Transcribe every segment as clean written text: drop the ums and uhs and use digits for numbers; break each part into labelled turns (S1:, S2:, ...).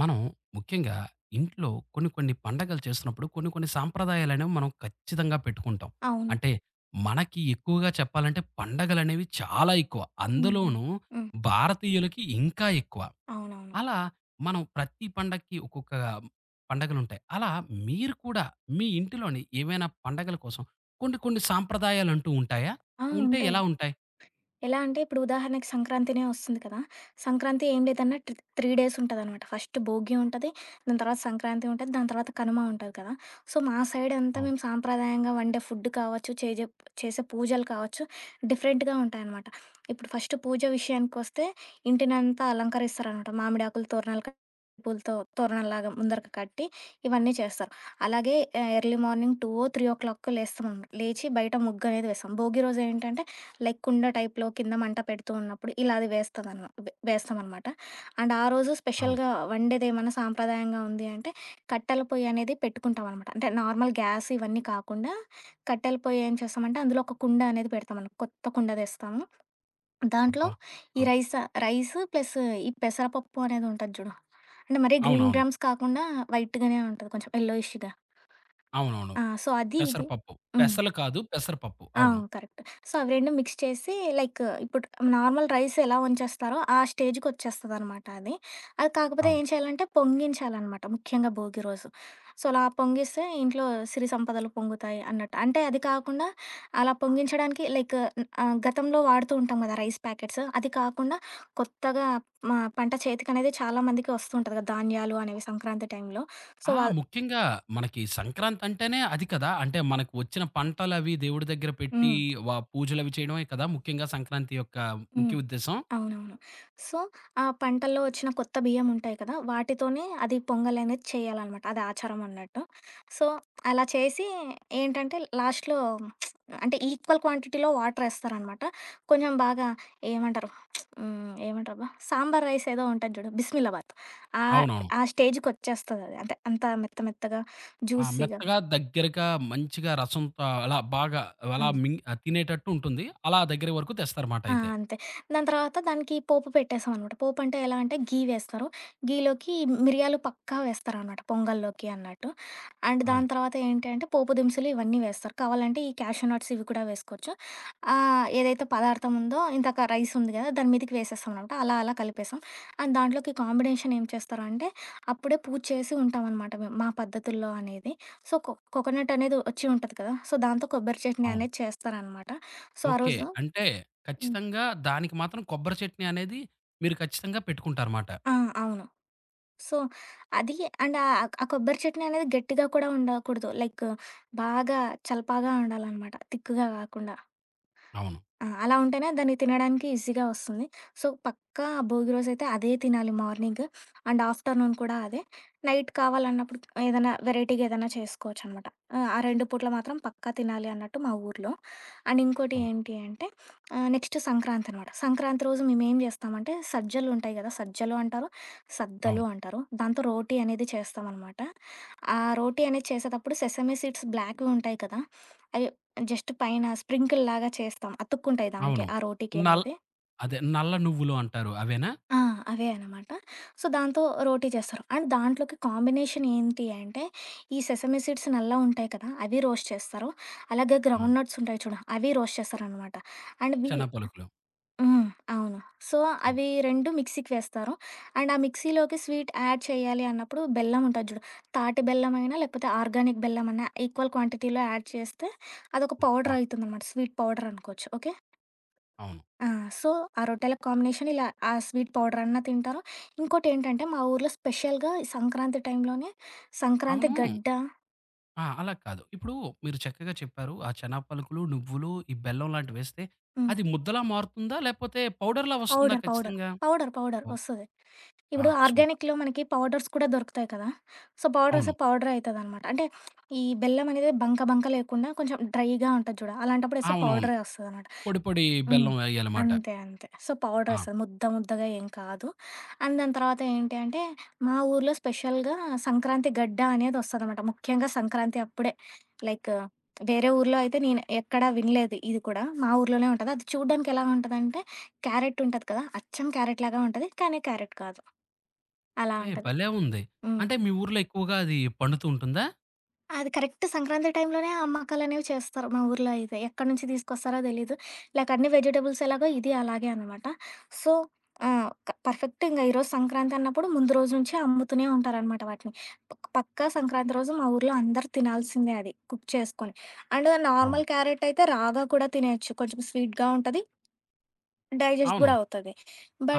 S1: మనం ముఖ్యంగా ఇంట్లో కొన్ని కొన్ని పండగలు చేస్తున్నప్పుడు కొన్ని కొన్ని సాంప్రదాయాలనేవి మనం ఖచ్చితంగా పెట్టుకుంటాం.
S2: అవును.
S1: అంటే మనకి ఎక్కువగా చెప్పాలంటే పండగలనేవి చాలా ఎక్కువ.
S2: హుహు.
S1: అందులోనూ
S2: హ్మ్.
S1: భారతీయులకి ఇంకా ఎక్కువ.
S2: అవునవును.
S1: అలా మనం ప్రతి పండక్కి ఒక్కొక్క పండగలుంటాయి. అలా మీరు కూడా మీ ఇంటిలోని ఏమైనా పండగల కోసం కొన్ని కొన్ని సాంప్రదాయాలంటూ ఉంటాయా?
S2: ఆ!
S1: ఉంటే
S2: ఉంటాయి.
S1: ఎలా ఉంటాయి?
S2: ఎలా అంటే ఇప్పుడు ఉదాహరణకి సంక్రాంతినే వస్తుంది కదా! సంక్రాంతి ఏం లేదన్నా 3 డేస్ ఉంటదనమాట. ఫస్ట్ భోగి ఉంటది. దాని తర్వాత సంక్రాంతి ఉంటది. దాని తర్వాత కనుమ ఉంటది కదా! సో, మా సైడ్ అంతా
S1: అవును.
S2: మేము సాంప్రదాయంగా వండే ఫుడ్ కావచ్చు, చేసే పూజలు కావచ్చు, డిఫరెంట్‌గా ఉంటాయనమాట. ఇప్పుడు ఫస్ట్ పూజ విషయానికొస్తే ఇంటినంతా అలంకరిస్తారనమాట. మామిడి ఆకులు తోరణాలు కట్టి పూలతో తోరణాల్లాగా ముందరకి కట్టి ఇవన్నీ చేస్తారు. అలాగే ఎర్లీ మార్నింగ్ 2 ఓ, 3 ఓ క్లాక్‌కో లేస్తామనమాట. లేచి బయట ముగ్గనేది వేస్తాం. భోగి రోజు ఏంటంటే లైక్ కుండ టైప్‌లో కింద మంట పెడుతూ ఉన్నప్పుడు ఇలా అది వేస్తదన వే వేస్తామనమాట. అండ్ ఆ రోజు
S1: అవును.
S2: స్పెషల్‌గా వండేదేమన్నా సాంప్రదాయంగా ఉంది అంటే, కట్టెల పొయ్యి అనేది పెట్టుకుంటామనమాట. అంటే నార్మల్ గ్యాస్ ఇవన్నీ కాకుండా, కట్టెల పొయ్యి ఏం చేస్తామంటే, అందులో ఒక కుండ అనేది పెడతామనమాట. కొత్త కుండ తెస్తాము. దాంట్లో
S1: అబ్బా!
S2: ఈ
S1: ఆ!
S2: రైస్ రైస్ ప్లస్ ఈ పెసరపప్పు అనేది ఉంటది జూడు. అంటే మరీ గ్రీన్
S1: అవునవును.
S2: గ్రామ్స్ కాకుండా వైట్‌గానే ఉంటది. కొంచెం యెల్లోయిష్‌గా.
S1: అవునవును.
S2: ఆ! సో, అది ఇది.
S1: పెసరపప్పు.
S2: హ్మ్.
S1: పెసలు కాదు పెసరపప్పు. అవును.
S2: అవును. కరెక్ట్. సో, అవి 2 మిక్స్ చేసి లైక్ ఇప్పుడు నార్మల్ రైస్ ఎలా వంచేస్తారో ఆ స్టేజ్‌కొచ్చేస్తదనమాట అది. అది కాకపోతే
S1: అవును.
S2: ఏం చేయాలంటే పొంగించాలనమాట ముఖ్యంగా భోగి రోజు. సో, అలా పొంగిస్తే ఇంట్లో సిరి సంపదలు పొంగుతాయి అన్నట్టు. అంటే అది కాకుండా అలా పొంగించడానికి లైక్ గతంలో వాడుతూ ఉంటాం కదా! Rice packets. అది కాకుండా కొత్తగా మా పంట చేతికనేది చాలా మందికి వస్తూ ఉంటది కదా! ధాన్యాలు అనేవి సంక్రాంతి టైంలో. సో,
S1: ఆ!
S2: అవును. వాళ్ళు
S1: ముఖ్యంగా మనకి సంక్రాంతి అంటేనే అది కదా! అంటే మనకు వచ్చిన పంటలవి దేవుడి దగ్గర పెట్టి
S2: హ్మ్.
S1: వ పూజలవి చేయడమే కదా! ముఖ్యంగా సంక్రాంతి యొక్క
S2: హ్మ్.
S1: ముఖ్య ఉద్దేశ్యం.
S2: అవునవును. సో, ఆ పంటల్లో వచ్చిన కొత్త బియ్యం ఉంటాయి కదా! వాటితోనే అది పొంగలనేది చేయాలనమాట. అది ఆచారం అన్నట్టు. సో, అలా చేసి ఏంటంటే లాస్ట్‌లో అంటే ఈక్వల్ క్వాంటిటీలో వాటరేస్తారనమాట. కొంచెం బాగా ఏమంటారు? హ్మ్. ఏమంటారబ్బా! సాంబార్ రైస్ ఏదో ఉంటది జూడు. బిస్మిల్లాబాత్. ఆ
S1: అవునవును.
S2: ఆ స్టేజ్‌కొచ్చేస్తదది. అంటే అంత మెత్త మెత్తగా,
S1: ఆ!
S2: జ్యూసీగా.
S1: మెత్తగా దగ్గరగా మంచిగా రసంతో అలా బాగా
S2: ఆ!
S1: అలా మింగ్ ఆ తినేటట్టు ఉంటుంది. అలా దగ్గర వరకు తెస్తారన్నమాట
S2: ఆ!
S1: అయితే.
S2: అంతే. దాని తర్వాత దానికి పోపు పెట్టేసామనమాట. పోపు అంటే ఎలా అంటే ఘీ వేస్తారు. ఘీలోకి మిరియాలు పక్కా వేస్తారనమాట పొంగల్లోకి అన్నట్టు. అండ్
S1: అవును.
S2: దాని తర్వాత ఏంటి అంటే పోపు దినుసులు ఇవన్నీ వేస్తారు. కావాలంటే ఈ క్యాషూ నట్స్ ఇవి కూడా వేసుకోవచ్చు. ఏదైతే పదార్థం ఉందో ఇందాక రైస్ ఉంది కదా! దాని మీదకి వేసేస్తామనమాట. అలా అలా కలిపేసాం. అండ్ దాంట్లోకి కాంబినేషన్ ఏం చేస్తారంటే అప్పుడే పూజ చేసి ఉంటామనమాట మేము మా పద్ధతుల్లో అనేది. సో, కోకోనట్ అనేది వచ్చి ఉంటది కదా! సో, దాంతో కొబ్బరి చట్నీ
S1: అవును.
S2: అనేది చేస్తారనమాట. సో, ఆ
S1: ఓకే.
S2: రోజు
S1: అంటే ఖచ్చితంగా దానికి మాత్రం కొబ్బరి చట్నీ అనేది మీరు ఖచ్చితంగా పెట్టుకుంటారన్నమాట.
S2: ఆ! అవును. సో, అది అండ్ ఆ కొబ్బరి చట్నీ అనేది గట్టిగా కూడా ఉండకూడదు. లైక్ బాగా చలపాగా ఉండాలనమాట. తిక్కుగా కాకుండా.
S1: అవును.
S2: ఆ! అలా ఉంటేనే దాన్ని తినడానికి ఈజీగా వస్తుంది. సో, పక్కా భోగి రోజైతే అదే తినాలి మార్నింగ్. అండ్ ఆఫ్టర్‌నూన్ కూడా అదే. నైట్ కావాలన్నప్పుడు ఏదైనా వెరైటీగా ఏదైనా చేసుకోవచ్చనమాట. ఆ 2 పూట్ల మాత్రం పక్కా తినాలి అన్నట్టు మా ఊర్లో. అండ్ ఇంకోటి
S1: అవును.
S2: ఏంటి అంటే నెక్స్ట్ సంక్రాంతి అనమాట. సంక్రాంతి రోజు మేమేం చేస్తామంటే సజ్జలు ఉంటాయి కదా! సజ్జలు అంటారు, సద్దలు
S1: అవును.
S2: అంటారు. దాంతో రోటీ అనేది చేస్తామనమాట. ఆ రోటీ అనేది చేసేటప్పుడు సెసమి సీడ్స్ బ్లాక్‌వి ఉంటాయి కదా! అవి జస్ట్ పైన స్ప్రింకిల్ లాగా చేస్తాం. అతుక్కుంటాయి దానికే
S1: అవును.
S2: ఆ రోటీకి
S1: నల్
S2: అనేది.
S1: అదే నల్ల నువ్వులు అంటారు అవేనా?
S2: ఆ! అవే అనమాట. సో, దాంతో రోటీ చేస్తారు. అండ్ దాంట్లోకి కాంబినేషన్ ఏంటి అంటే, ఈ సెసమి సీడ్స్ నల్లగా ఉంటాయి కదా! అవి రోస్ట్ చేస్తారు. అలాగే
S1: ఆ!
S2: గ్రౌండ్ నట్స్ ఉంటాయి చూడు, అవి రోస్ట్ చేస్తారనమాట. అండ్ వి
S1: చెనా పలుకులు.
S2: హ్మ్. అవును. సో,
S1: అవును.
S2: అవి 2 మిక్సీకి వేస్తారు. అండ్ ఆ మిక్సీలోకి స్వీట్ యాడ్ చేయాలి అన్నప్పుడు బెల్లం ఉంటది చూడు, తాటి బెల్లమైనా లేకపోతే ఆర్గానిక్ బెల్లమన్నా ఈక్వల్ క్వాంటిటీలో యాడ్ చేస్తే అదొక
S1: హ్మ్. ఆ!
S2: పౌడర్ అయితుందనమాట. స్వీట్ పౌడర్ అనుకోవచ్చు. ఓకే.
S1: అవును.
S2: ఆ! సో, ఆ రొట్టెల కాంబినేషన్ ఇలా ఆ స్వీట్ పౌడరన్నా తింటారు. ఇంకోటేంటంటే, మా ఊర్లో స్పెషల్‌గా ఈ సంక్రాంతి టైంలోనే సంక్రాంతి
S1: అవును.
S2: గడ్డ
S1: ఆ! అలా కాదు. ఇప్పుడు మీరు చక్కగా చెప్పారు. ఆ చెనా పలుకులు, నువ్వులు, ఈ బెల్లం లాంటివేస్తే
S2: హ్మ్.
S1: అది ముద్దలా మారుతుందా? లేపోతే పౌడర్‌లా వస్తుందా
S2: పౌడర్, పౌడర్,
S1: ఖచ్చితంగా?
S2: పౌడర్, పౌడర్
S1: ఓహ్!
S2: ఒస్తది.
S1: ఆ!
S2: ఇప్పుడు
S1: సూపర్.
S2: ఆర్గానిక్‌లో మనకి పౌడర్స్ కూడా దొరుకుతాయి కదా! సో, పౌడర్స్
S1: అవును.
S2: పౌడరే అయితదనమాట. అంటే, ఈ బెల్లమనేది బంక బంక లేకుండా కొంచెం డ్రైగా ఉంటది చూడు, అలాంటప్పుడేస్తే
S1: అవునవును.
S2: పౌడరే ఒస్తదనమాట.
S1: పొడి పొడి
S2: హ్మ్.
S1: బెల్లం వేయాలమాట.
S2: అంతే. అంతే. సో,
S1: ఆ!
S2: పౌడర్స్ ముద్ద ముద్దగా ఏం కాదు. అండ్ దాని తర్వాత ఏంటి అంటే, మా ఊర్లో స్పెషల్‌గా సంక్రాంతి గడ్డ అనేది ఒస్తదనమాట. ముఖ్యంగా సంక్రాంతి అప్పుడే. లైక్ వేరే ఊర్లో అయితే నేను ఎక్కడా వినలేదు ఇది కూడా. మా ఊర్లోనే ఉంటది. అది చూడ్డానికి ఎలా ఉంటదంటే, క్యారెట్ ఉంటది కదా! అచ్చం క్యారెట్ లాగా ఉంటది. కానీ క్యారెట్ కాదు. అలా
S1: ఏ
S2: ఉంటది.
S1: భలే ఉంది.
S2: హ్మ్.
S1: అంటే మీ ఊర్లో ఎక్కువగా అది పండుతూ ఉంటుందా?
S2: అది కరెక్ట్ సంక్రాంతి టైంలోనే ఆ అమ్మకాలనేవి చేస్తారు మా ఊర్లో అయితే. ఎక్కడి నుంచి తీసుకొస్తారో తెలీదు. లైక్ అన్ని వెజిటబుల్స్ ఎలాగో ఇది అలాగే అనమాట. సో క పర్ఫెక్ట్ ఇంగ ఈరోజు సంక్రాంతి అన్నప్పుడు ముందు రోజు నుంచే అమ్ముతూనే ఉంటారనమాట వాటిని. పక్కా సంక్రాంతి రోజు మా ఊర్లో అందరూ తినాల్సిందే అది కుక్ చేసుకొని. అండ్
S1: అవును.
S2: నార్మల్ క్యారెట్ అయితే రాగా కూడా తినేయొచ్చు. కొంచెం స్వీట్‌గా ఉంటది. డైజెస్ట్
S1: అవును.
S2: గూడా అవుతది.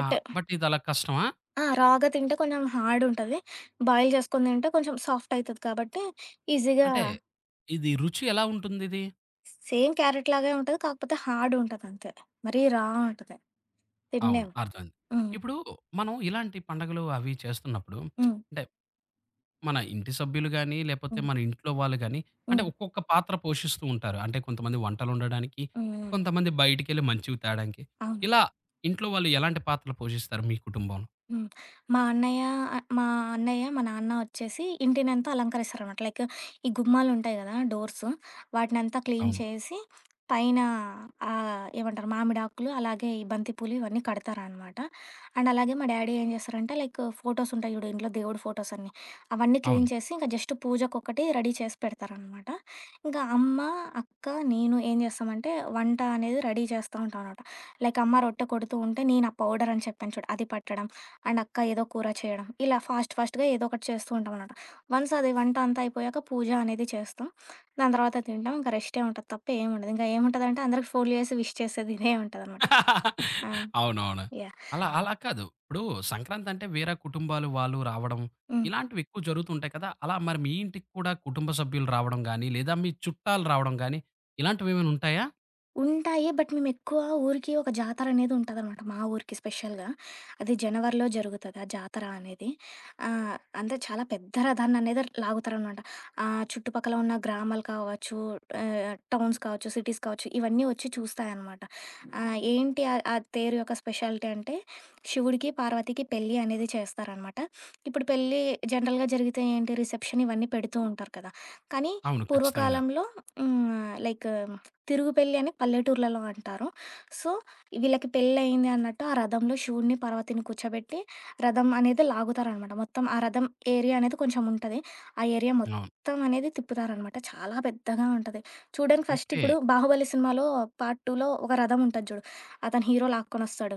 S1: ఆ! బట్ ఇది అలా కష్టమా?
S2: ఆ! రాగా తింటే కొంచెం హార్డ్ ఉంటది. బాయిల్ చేసుకొని తింటే కొంచెం సాఫ్ట్ అయితది కాబట్టి ఈజీగా
S1: అంటే ఇది రుచి ఎలా ఉంటుందిది?
S2: సేమ్ క్యారెట్ లాగే ఉంటది. కాకపోతే హార్డ్ ఉంటదంతే. మరీ రా ఉంటది.
S1: అవును.
S2: తినలేము.
S1: అర్థమైంది.
S2: హ్మ్.
S1: ఇప్పుడు మనం ఇలాంటి పండగలు అవి చేస్తున్నప్పుడు
S2: హ్మ్.
S1: అంటే మన ఇంటి సభ్యులు గాని, లేపోతే
S2: హ్మ్.
S1: మన ఇంట్లో వాళ్ళు గాని, అంటే
S2: హ్మ్.
S1: ఒక్కొక్క పాత్ర పోషిస్తూ ఉంటారు. అంటే కొంతమంది వంటలొండడానికి,
S2: హ్మ్. హ్మ్.
S1: కొంతమంది బయటికెళ్ళి మంచివి తేడానికి.
S2: అవును.
S1: ఇలా ఇంట్లో వాళ్ళు ఎలాంటి పాత్రలు పోషిస్తారు మీ కుటుంబంలో?
S2: హ్మ్. మా అన్నయ్య ఆహ్, మా అన్నయ్య, మా నాన్న వచ్చేసి ఇంటినంతా అలంకరిస్తారనమాట. లైక్ ఈ గుమ్మాలుంటాయి గదా! డోర్సు వాటినంతా క్లీన్
S1: అవును.
S2: చేసి, పైన ఏమంటారు మామిడాకులు, అలాగే ఈ బంతి పూలు ఇవన్నీ కడతారనమాట. అండ్ అలాగే మా డ్యాడీ ఏం చేస్తారంటే, లైక్ ఫోటోస్ ఉంటాయి చూడు ఇంట్లో దేవుడి ఫోటోస్ అన్నీ, అవన్నీ
S1: అవును.
S2: క్లీన్ చేసి ఇంక జస్ట్ పూజకొకటి రెడీ చేసి పెడతారనమాట. ఇంకా అమ్మ, అక్క, నేను ఏం చేస్తామంటే వంట అనేది రెడీ చేస్తా ఉంటాం అనమాట. లైక్ అమ్మ రొట్టె కొడుతూ ఉంటే, నేను ఆ పౌడర్ అని చెప్పాను చూడు అది పట్టడం. అండ్ అక్క ఏదో కూర చేయడం. ఇలా ఫాస్ట్ ఫాస్ట్‌గా ఏదో ఒకటి చేస్తూ ఉంటామనమాట. వన్స్ అది వంట అంతా అయిపోయాక పూజ అనేది చేస్తాం. దాని తర్వాత తింటాం. ఇంక రెస్టే ఉంటది తప్ప ఏముండదు. ఇంక ఏముంటదంటే అందరికి ఫోన్లు చేసి విష్ చేసేది ఇదే ఉంటదనమాట. ఆ!
S1: అవునవును.
S2: యాహ్!
S1: అలా అలా కాదు. ఇప్పుడు సంక్రాంతంటే వేరే కుటుంబాలు వాళ్ళు రావడం,
S2: హ్మ్.
S1: ఇలాంటివి ఎక్కువ జరుగుతుంటాయి కదా! అలా మరి మీ ఇంటికి కూడా కుటుంబ సభ్యులు రావడం గాని, లేదా మీ చుట్టాలు రావడం గాని, ఇలాంటివేమైనా ఉంటాయా?
S2: ఉంటాయి. బట్ మేమెక్కువ ఊరికి ఒక జాతరనేది ఉంటదనమాట. మా ఊరికి స్పెషల్‌గా. అది జనవరిలో జరుగుతది ఆ జాతర అనేది. ఆహ్, అంటే చాలా పెద్ద రథాన్ననేది లాగుతారనమాట. చుట్టుపక్కల ఉన్న గ్రామాలు కావచ్చు, టౌన్స్ కావచ్చు, సిటీస్ కావచ్చు, ఇవన్నీ వచ్చి చూస్తాయనమాట. ఏంటి ఆ ఆ తేరు యొక్క స్పెషాలిటీ అంటే, శివుడికి, పార్వతికి పెళ్లి అనేది చేస్తారనమాట. ఇప్పుడు పెళ్లి జనరల్‌గా జరిగితే ఏంటి రిసెప్షన్ ఇవన్నీ పెడుతూ ఉంటారు కదా! కానీ
S1: అవును. ఖచ్చితంగా.
S2: పూర్వకాలంలో హ్మ్. లైక్ తిరుగు పెళ్లి అని పల్లెటూర్లలో అంటారు. సో, వీళ్ళకి పెళ్లయింది అన్నట్టు ఆ రథంలో శివుడిని, పార్వతిని కూర్చోబెట్టి రథం అనేది లాగుతారనమాట. మొత్తం ఆ రథం ఏరియా అనేది కొంచెం ఉంటది. ఆ ఏరియా
S1: అవును.
S2: మొత్తం అనేది తిప్పుతారనమాట. చాలా పెద్దగా ఉంటది. చూడ్డానికి ఫస్ట్
S1: ఓకే.
S2: ఇప్పుడు 'బాహుబలి' సినిమాలో పార్ట్ 2లో ఒక రథం ఉంటది చూడు. అతను హీరో లాక్కొనొస్తాడు.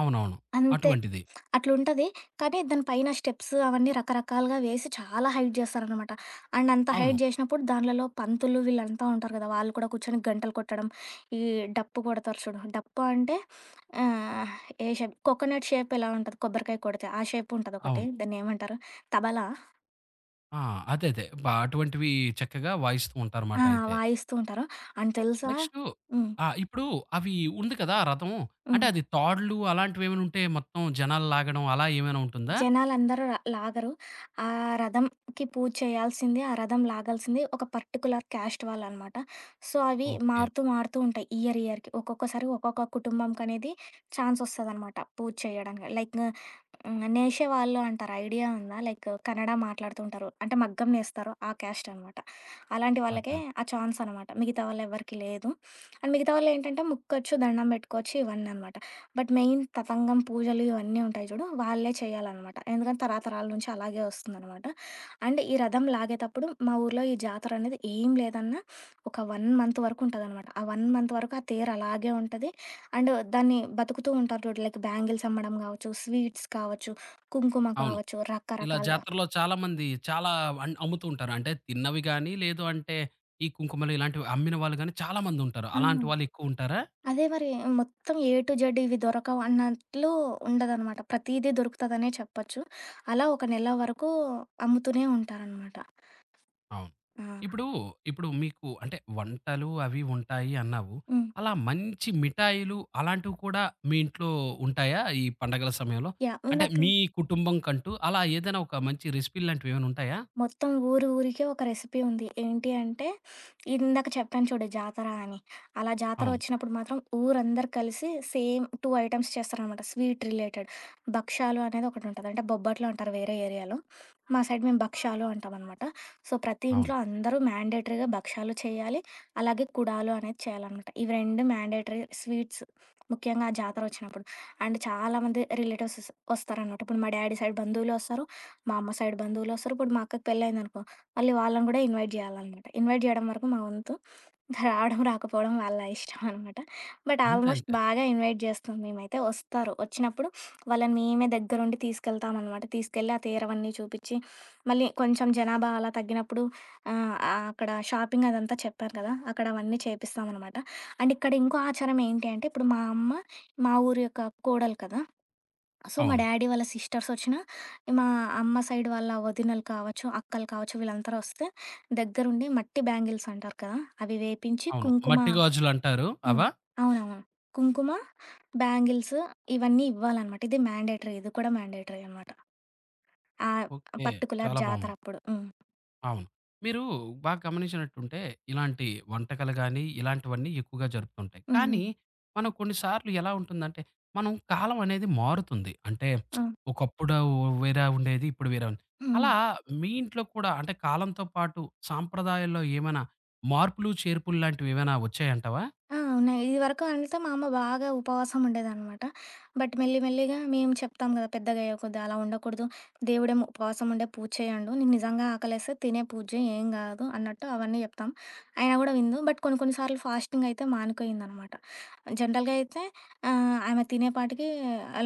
S1: అవునవును.
S2: అంతే.
S1: అటువంటిది.
S2: అట్లుంటది. కానీ దాని పైన స్టెప్స్ అవన్నీ రకరకాలుగా వేసి చాలా హైట్ జేస్తారనమాట. అండ్ అంత
S1: అవును.
S2: హైట్ జేసినప్పుడు దాన్లలో పంతులు వీళ్ళంతా ఉంటారు గదా! వాళ్ళు కూడా కూర్చొని గంటలు కొట్టడం, ఈ డప్పు కొడతారు చూడు. డప్పు అంటే ఆహ్, ఏ షేప్ కోకోనట్ షేప్ ఎలా ఉంటది కొబ్బరికాయ కొడితే ఆ షేప్ ఉంటదొకటి.
S1: అవును.
S2: దాన్నేమంటారు? తబలా?
S1: ఆ! అదే అదే. బ అటువంటివి చక్కగా వాయిస్తూ
S2: ఆ!
S1: ఉంటారన్నమాట అయితే.
S2: వాయిస్తూ ఉంటారు. అండ్ తెలుసా
S1: నెక్స్టు
S2: హ్మ్.
S1: ఆ! ఇప్పుడు అవి ఉంది కదా! రథం. అంటే
S2: హ్మ్.
S1: అది తాడ్లు అలాంటివేమైనా ఉంటే మొత్తం జనాలు లాగడం అలా ఏమైనా ఉంటుందా?
S2: జనాలందరూ లాగరు. ఆ రథంకి పూజ చేయాల్సింది, ఆ రథం లాగాల్సింది ఒక పర్టిక్యులర్ క్యాస్ట్ వాళ్ళనమాట. సో, అవి
S1: ఓకే.
S2: మారుతూ, మారుతూ ఉంటాయి ఇయర్, ఇయర్‌కి. ఒక్కొక్కసారి ఒక్కొక్క కుటుంబంకనేది ఛాన్సొస్తదనమాట పూజ చేయడానికి. లైక్ హ్మ్. నేషే వాళ్ళు అంటారు. ఐడియా ఉందా? లైక్ కన్నడ మాట్లాడుతుంటారు. అంటే మగ్గం నేస్తారు. ఆ క్యాస్ట్ అనమాట. అలాంటి వాళ్ళకే
S1: అర్థమైంది.
S2: ఆ ఛాన్స్ అనమాట. మిగతా వాళ్ళెవ్వరికీ లేదు. అండ్ మిగతా వాళ్ళేంటంటే ముక్కోచ్చు, దండం పెట్టుకోవచ్చు ఇవన్ననమాట. బట్ మెయిన్ తతంగం పూజలు ఇవన్నీ ఉంటాయి చూడు, వాళ్ళే చేయాలనమాట. ఎందుకంటే తరతరాల నుంచి అలాగే వస్తుందనమాట. అండ్ ఈ రథం లాగేతప్పుడు మా ఊర్లో ఈ జాతరనేది ఏం లేదన్నా ఒక 1 మంత్ వరకు ఉంటదనమాట. ఆ 1 మంత్ వరకు ఆ తేరు అలాగే ఉంటది. అండ్ దాన్ని బతుకుతూ ఉంటారు చూడు. లైక్ బ్యాంగిల్స్ అమ్మడం గావచ్చు, స్వీట్స్ కావచ్చు, కుంకుమ
S1: అవును.
S2: కావచ్చు,
S1: ఇలా
S2: రకరకాలుగా.
S1: జాతరలో చాలా మంది చాలా అన్ అమ్ముతూ ఉంటారు. అంటే తిన్నవి గాని, లేదు అంటే ఈ కుంకుమలు ఇలాంటివి అమ్మిన వాళ్ళు గాని చాలా మందుంటారు.
S2: ఆ!
S1: అలాంటి వాళ్ళు ఎక్కువుంటారా?
S2: అదే మరి మొత్తం ఏ టు జెడ్ ఇవి దొరకవు అన్నట్లు ఉండదనమాట. ప్రతీదీ దొరుకుతదనే చెప్పొచ్చు. అలా ఒక నెల వరకు అమ్ముతూనే ఉంటారనమాట.
S1: అవును.
S2: ఆ!
S1: ఇప్పుడు, ఇప్పుడు మీకు అంటే వంటలు అవి ఉంటాయి అన్నావు.
S2: హ్మ్.
S1: అలా మంచి మిఠాయిలు అలాంటివి కూడా మీ ఇంట్లో ఉంటాయా? ఈ పండగల సమయంలో?
S2: యాహ్!
S1: అంటే
S2: ఇందాక
S1: మీ కుటుంబం కంటూ అలా ఏదైనా ఒక మంచి రెసిపీ లాంటివి ఏమైనా ఉంటాయా?
S2: మొత్తం ఊరు ఊరికే ఒక రెసిపీ ఉంది. ఏంటి అంటే, ఇందాక చెప్పాను చూడు జాతర అని. అలా జాతర
S1: అవును.
S2: వచ్చినప్పుడు మాత్రం ఊరందరూ కలిసి సేమ్ 2 ఐటెమ్స్ చేస్తారనమాట స్వీట్ రిలేటెడ్. భక్షాలు అనేది ఒకటుంటది. అంటే బొబ్బట్లు అంటారు వేరే ఏరియాలో. మా సైడ్ మేము భక్షాలు అంటామనమాట. సో, ప్రతి
S1: అవును.
S2: ఇంట్లో అందరూ మ్యాండేటరీగా భక్షాలు చేయాలి. అలాగే కుడాలు అనేది చేయాలనమాట. ఇవి 2 మ్యాండేటరీ స్వీట్స్. ముఖ్యంగా ఆ జాతర వచ్చినప్పుడు. అండ్ చాలామంది రిలేటివ్స్ వస్తారనమాట. ఇప్పుడు మా డాడీ సైడ్ బంధువులు వస్తారు. మా అమ్మ సైడ్ బంధువులొస్తారు. ఇప్పుడు మా అక్కకి పెళ్ళయిందనుకో, మళ్ళీ వాళ్ళని గూడా ఇన్వైట్ జేయాలనమాట. ఇన్వైట్ జేయడం వరకు మా వంతు. ఇంక రావడం, రాకపోవడం వాళ్ళ ఇష్టం అనమాట. బట్
S1: అంతే.
S2: ఆల్మోస్ట్
S1: అంతే.
S2: బాగా ఇన్వైట్ జేస్తాం మేమైతే. వస్తారు. వచ్చినప్పుడు వాళ్ళని మేమే దగ్గరుండి తీసుకెళ్తామనమాట. తీసుకెళ్ళి ఆ తీరవన్నీ చూపిచ్చి, మళ్ళీ కొంచెం జనాభా అలా తగ్గినప్పుడు ఆహ్, ఆహ్, అక్కడ షాపింగ్ అదంతా చెప్పాను కదా! అక్కడ అవన్నీ చేపిస్తామనమాట. అండ్ ఇక్కడ ఇంకో ఆచారం ఏంటి అంటే, ఇప్పుడు మా అమ్మ మా ఊరి యొక్క కోడలు కదా! సో, మా
S1: అవును.
S2: డ్యాడీ వాళ్ళ సిస్టర్సొచ్చినా, మా అమ్మ సైడ్ వాళ్ళ వదినలు కావచ్చు, అక్కలు కావచ్చు వీళ్ళందరూ వస్తే దగ్గరుండి మట్టి బ్యాంగిల్స్ అంటారు కదా! అవి వేపించి
S1: అవును.
S2: కుంకుమ
S1: మట్టి గాజులంటారు.
S2: హ్మ్.
S1: అవా?
S2: అవునవును. కుంకుమ, బ్యాంగిల్స్ ఇవన్నీ ఇవ్వాలనమాట. ఇది మ్యాండేటరీ. ఇది కూడా మ్యాండేటరీ అనమాట. ఆహ్,
S1: ఓకే.
S2: పర్టిక్యులర్
S1: చాలా బావుంది.
S2: జాతరప్పుడు. హ్మ్.
S1: అవును. మీరు బాగా గమనించినట్టుంటే ఇలాంటి వంటకాలు గానీ, ఇలాంటివన్నీ ఎక్కువగా జరుపుతుంటాయి.
S2: హ్మ్.
S1: కానీ
S2: హ్మ్.
S1: మనం కొన్ని సార్లు ఎలా ఉంటుందంటే, మనం కాలం అనేది మారుతుంది. అంటే
S2: ఆ!
S1: ఒకప్పుడు వేరా ఉండేది. ఇప్పుడు వేరా ఉంది.
S2: హ్మ్.
S1: అలా మీ ఇంట్లో కూడా అంటే కాలంతో పాటు సాంప్రదాయాల్లో ఏమైనా మార్పులు, చేర్పులు లాంటివి ఏమైనా వచ్చాయంటావా?
S2: ఆ! ఉన్నాయి. ఇదివరకు అంతా మా అమ్మ బాగా ఉపవాసం ఉండేదనమాట. బట్ మెల్లి మెల్లిగా మేము చెప్తాం గదా! పెద్దగయ్యే కొద్దీ అలా ఉండకూడదు. దేవుడేమో ఉపవాసం ఉండే పూజ చేయండు. నీకు నిజంగా ఆకలేస్తే తినే పూజ చెయి ఏం గాదు అన్నట్టు అవన్నీ జెప్తాం. అయినా గూడా వినదు. బట్ కొన్ని కొన్ని సార్లు ఫాస్టింగ్ అయితే మానుకోయిందనమాట. జనరల్‌గా అయితే ఆమె తినేపాటికి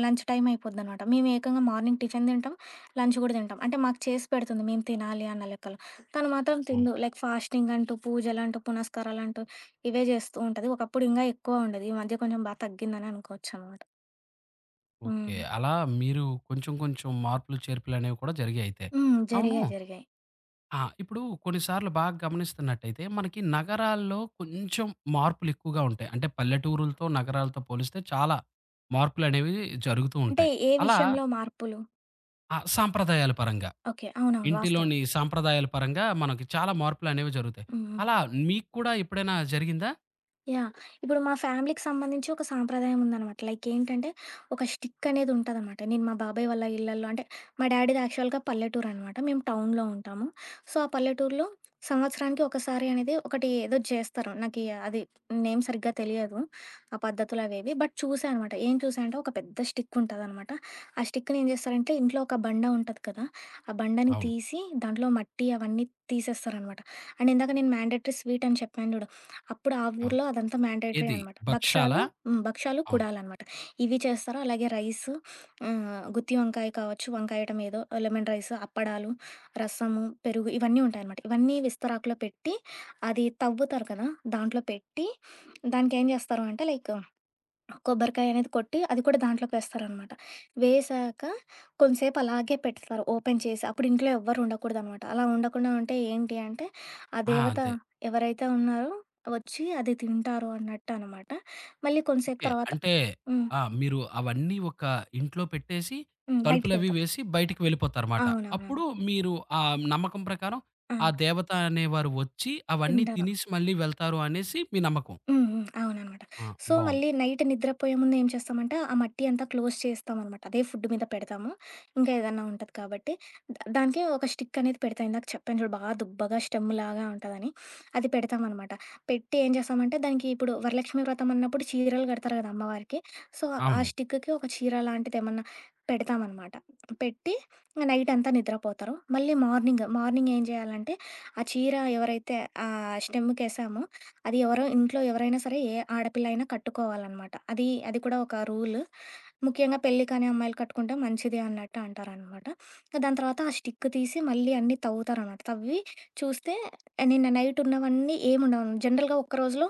S2: లంచ్ టైం అయిపోద్దనమాట. మేము ఏకంగా మార్నింగ్ టిఫిన్ తింటాం. లంచ్ గూడా తింటాం. అంటే మాకు చేసి పెడుతుంది మేము తినాలి అన్న లెక్కలో. తను మాత్రం
S1: హ్మ్.
S2: తినదు. లైక్ ఫాస్టింగ్ అంటూ పూజలంటూ పునస్కారాలంటూ ఇవే జేస్తూ ఉంటది. ఒకప్పుడు ఇంగా ఎక్కువ ఉండేది. ఈ మధ్య కొంచెం బా తగ్గిందని అనుకోవచ్చనమాట. హ్మ్.
S1: ఓకే. అలా మీరు కొంచెం కొంచెం మార్పులు, చేర్పులనేవి కూడా జరిగాయి అయితే.
S2: హ్మ్.
S1: అవును.
S2: జరిగాయి. జరిగాయి.
S1: ఆ! ఇప్పుడు కొన్నిసార్లు బాగా గమనిస్తున్నట్టయితే, మనకి నగరాల్లో కొంచెం మార్పులెక్కువగా ఉంటాయి. అంటే పల్లెటూరులతో, నగరాలతో పోలిస్తే చాలా మార్పులనేవి జరుగుతూ
S2: అంటే
S1: ఉంటాయి.
S2: ఏ
S1: అలా
S2: విషయంలో మార్పులు?
S1: ఆ! సాంప్రదాయాల పరంగా,
S2: ఓకే. అవునవును. వాస్తవం.
S1: ఇంటిలోని సాంప్రదాయాల పరంగా మనకి చాలా మార్పులనేవి జరుగుతాయి.
S2: హ్మ్.
S1: అలా మీకు కూడా ఎప్పుడైనా జరిగిందా?
S2: యాహ్! ఇప్పుడు మా ఫ్యామిలీకి సంబంధించి ఒక సాంప్రదాయం ఉందనమాట. లైక్ ఏంటంటే, ఒక స్టిక్ అనేది ఉంటదనమాట. నేను మా బాబాయ్ వాళ్ళ ఇళ్లల్లో అంటే, మా డ్యాడీది యాక్చువల్‌గా పల్లెటూరనమాట. మేము టౌన్‌లో ఉంటాము. సో, ఆ పల్లెటూరులో సంవత్సరానికి ఒకసారి అనేది ఒకటి ఏదో చేస్తారు. నాకీ అది నేమ్ సరిగ్గా తెలియదు. ఆ పద్ధతులవేవి. బట్ చూసా అనమాట. ఏం చూసా అంటే, ఒక పెద్ద స్టిక్ ఉంటదనమాట. ఆ స్టిక్‌ని ఏం చేస్తారంటే, ఇంట్లో ఒక బండ ఉంటది కదా! ఆ బండని
S1: అవును.
S2: తీసి, దాంట్లో మట్టి అవన్నీ తీసేస్తారనమాట. అండ్ ఇందాక నేను మ్యాండేటరీ స్వీట్ అని చెప్పాను చూడు. అప్పుడు ఆ
S1: అవును.
S2: ఊర్లో అదంతా మ్యాండేటరీ
S1: ఏది
S2: అనమాట. భక్షాలు
S1: భక్షాలా?
S2: హ్మ్. భక్షాలు,
S1: అవును.
S2: కుడాలనమాట. ఇవి చేస్తారు. అలాగే రైసు గుత్తి వంకాయ కావచ్చు, వంకాయ ఐటెమ్ ఏదో, లెమన్ రైసు, అప్పడాలు, రసము, పెరుగు ఇవన్నీ ఉంటాయనమాట. ఇవన్నీ విస్తరాకులో పెట్టి అది తవ్వుతారు కదా! దాంట్లో పెట్టి దానికేం చేస్తారు అంటే లైక్ కొబ్బరికాయ అనేది కొట్టి, అది కూడా దాంట్లోకి వేస్తారనమాట. వేశాక కొంసేపు అలాగే పెడతారు ఓపెన్ చేసి. అప్పుడు ఇంట్లో ఎవ్వరు ఉండకూడదనమాట. అలా ఉండకుండా ఉంటే ఏంటి అంటే, ఆ
S1: ఆ!
S2: దేవత
S1: అదే.
S2: ఎవరైతే ఉన్నారో వచ్చి అది తింటారు అన్నట్టు అనమాట. మళ్ళీ కొంసేపు
S1: ఓకే.
S2: తర్వాత
S1: అంటే
S2: హ్మ్.
S1: ఆ! మీరు అవన్నీ ఒక ఇంట్లో పెట్టేసి,
S2: హ్మ్.
S1: తలుపులవి
S2: బయటికెళ్తాం.
S1: వేసి బయటికి వెళ్ళిపోతారమాట.
S2: అవునవునవును.
S1: అప్పుడు మీరు ఆ నమ్మకం ప్రకారం
S2: ఆ!
S1: ఆ దేవత అనేవారు వచ్చి అవన్నీ
S2: తింటారు.
S1: తినేసి మళ్ళీ వెళ్తారు అనేసి మీ నమ్మకం.
S2: హ్మ్. హ్మ్. అవుననమాట.
S1: ఆ!
S2: సో,
S1: బావుంది.
S2: మళ్ళీ నైట్ నిద్రపోయే ముందు ఏం చేస్తామంటే, ఆ మట్టి అంతా క్లోజ్ చేస్తామనమాట. అదే ఫుడ్ మీద పెడతాము. ఇంకా ఏదన్నా ఉంటది కాబట్టి, దానికి ఒక స్టిక్ అనేది పెడతాం. ఇందాక చెప్పాను చూడు బాగా దుబ్బగా స్టెమ్‌లాగా ఉంటదని. అది పెడతామనమాట. పెట్టి ఏం చేస్తామంటే, దానికి ఇప్పుడు వరలక్ష్మి వ్రతం అన్నప్పుడు చీరలు కడతారు కదా అమ్మవారికి. సో, ఆ
S1: అవును.
S2: స్టిక్‌కి ఒక చీర లాంటిదేమన్నా పెడతామనమాట. పెట్టి ఇంగ నైట్ అంతా నిద్రపోతారు. మళ్ళీ మార్నింగ్, మార్నింగ్ ఏం చేయాలంటే, ఆ చీర ఎవరైతే ఆ స్టెమ్‌కేసామో అది ఎవరో ఇంట్లో ఎవరైనా సరే ఏ ఆడపిల్ల అయినా కట్టుకోవాలన్నమాట. అది అది కూడా ఒక రూల్. ముఖ్యంగా పెళ్లి కాని అమ్మాయిలు కట్టుకుంటే మంచిది అన్నట్టు అంటారనమాట. దాని తర్వాత ఆ స్టిక్ తీసి మళ్ళీ అన్నీ తవ్వుతారనమాట. తవ్వి చూస్తే నిన్న నైట్ ఉన్నవన్నీ ఏముండవు. జనరల్‌గా ఒక్క రోజులో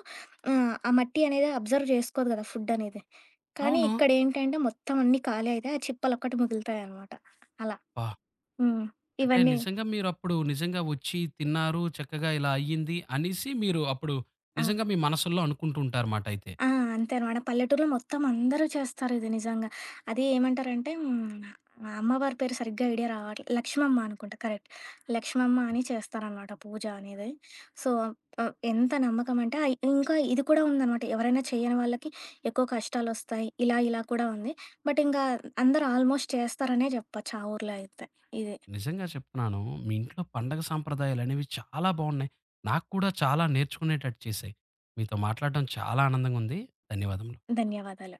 S2: ఆ మట్టి అనేది అబ్జర్వ్ చేసుకోదు కదా! ఫుడ్ అనేది. కానీ
S1: అవును.
S2: ఇక్కడేంటంటే మొత్తం అన్నీ ఖాళీ అయితాయి. ఆ చిప్పలొక్కటి మిగులుతాయనమాట. అలా.
S1: అబ్బా!
S2: హ్మ్.
S1: అంటే
S2: ఇవన్నీ
S1: నిజంగా మీరప్పుడు నిజంగా వచ్చి తిన్నారు, చక్కగా ఇలా అయ్యింది అనేసి మీరు అప్పుడు
S2: ఆ!
S1: నిజంగా మీ మనసుల్లో అనుకుంటూ ఉంటారమాట అయితే.
S2: ఆ! అంతే అనమాట. పల్లెటూరులో మొత్తం అందరూ చేస్తారిది నిజంగా. అది ఏమంటారంటే హ్మ్, మా అమ్మవారి పేరు సరిగ్గా ఐడియా రావట్లే. లక్ష్మమ్మ అనుకుంటా కరెక్ట్. లక్ష్మమ్మ అని చేస్తారనమాట పూజ అనేది. సో, ఎంత నమ్మకమంటే ఇంకా ఇది కూడా ఉందనమాట. ఎవరైనా చేయని వాళ్ళకి ఎక్కువ కష్టాలొస్తాయి. ఇలా ఇలా కూడా ఉంది. బట్ ఇంకా అందరూ ఆల్మోస్ట్ చేస్తారనే జెప్పొచ్చు ఆ ఊర్లో అయితే. ఇది.
S1: నిజంగా చెప్తున్నాను. మీ ఇంట్లో పండగ సాంప్రదాయాలనేవి చాలా బావున్నాయి. నాకు కూడా చాలా నేర్చుకునేటట్టు చేశాయి. మీతో మాట్లాడడం చాలా ఆనందంగా ఉంది. ధన్యవాదములు.
S2: ధన్యవాదాలు.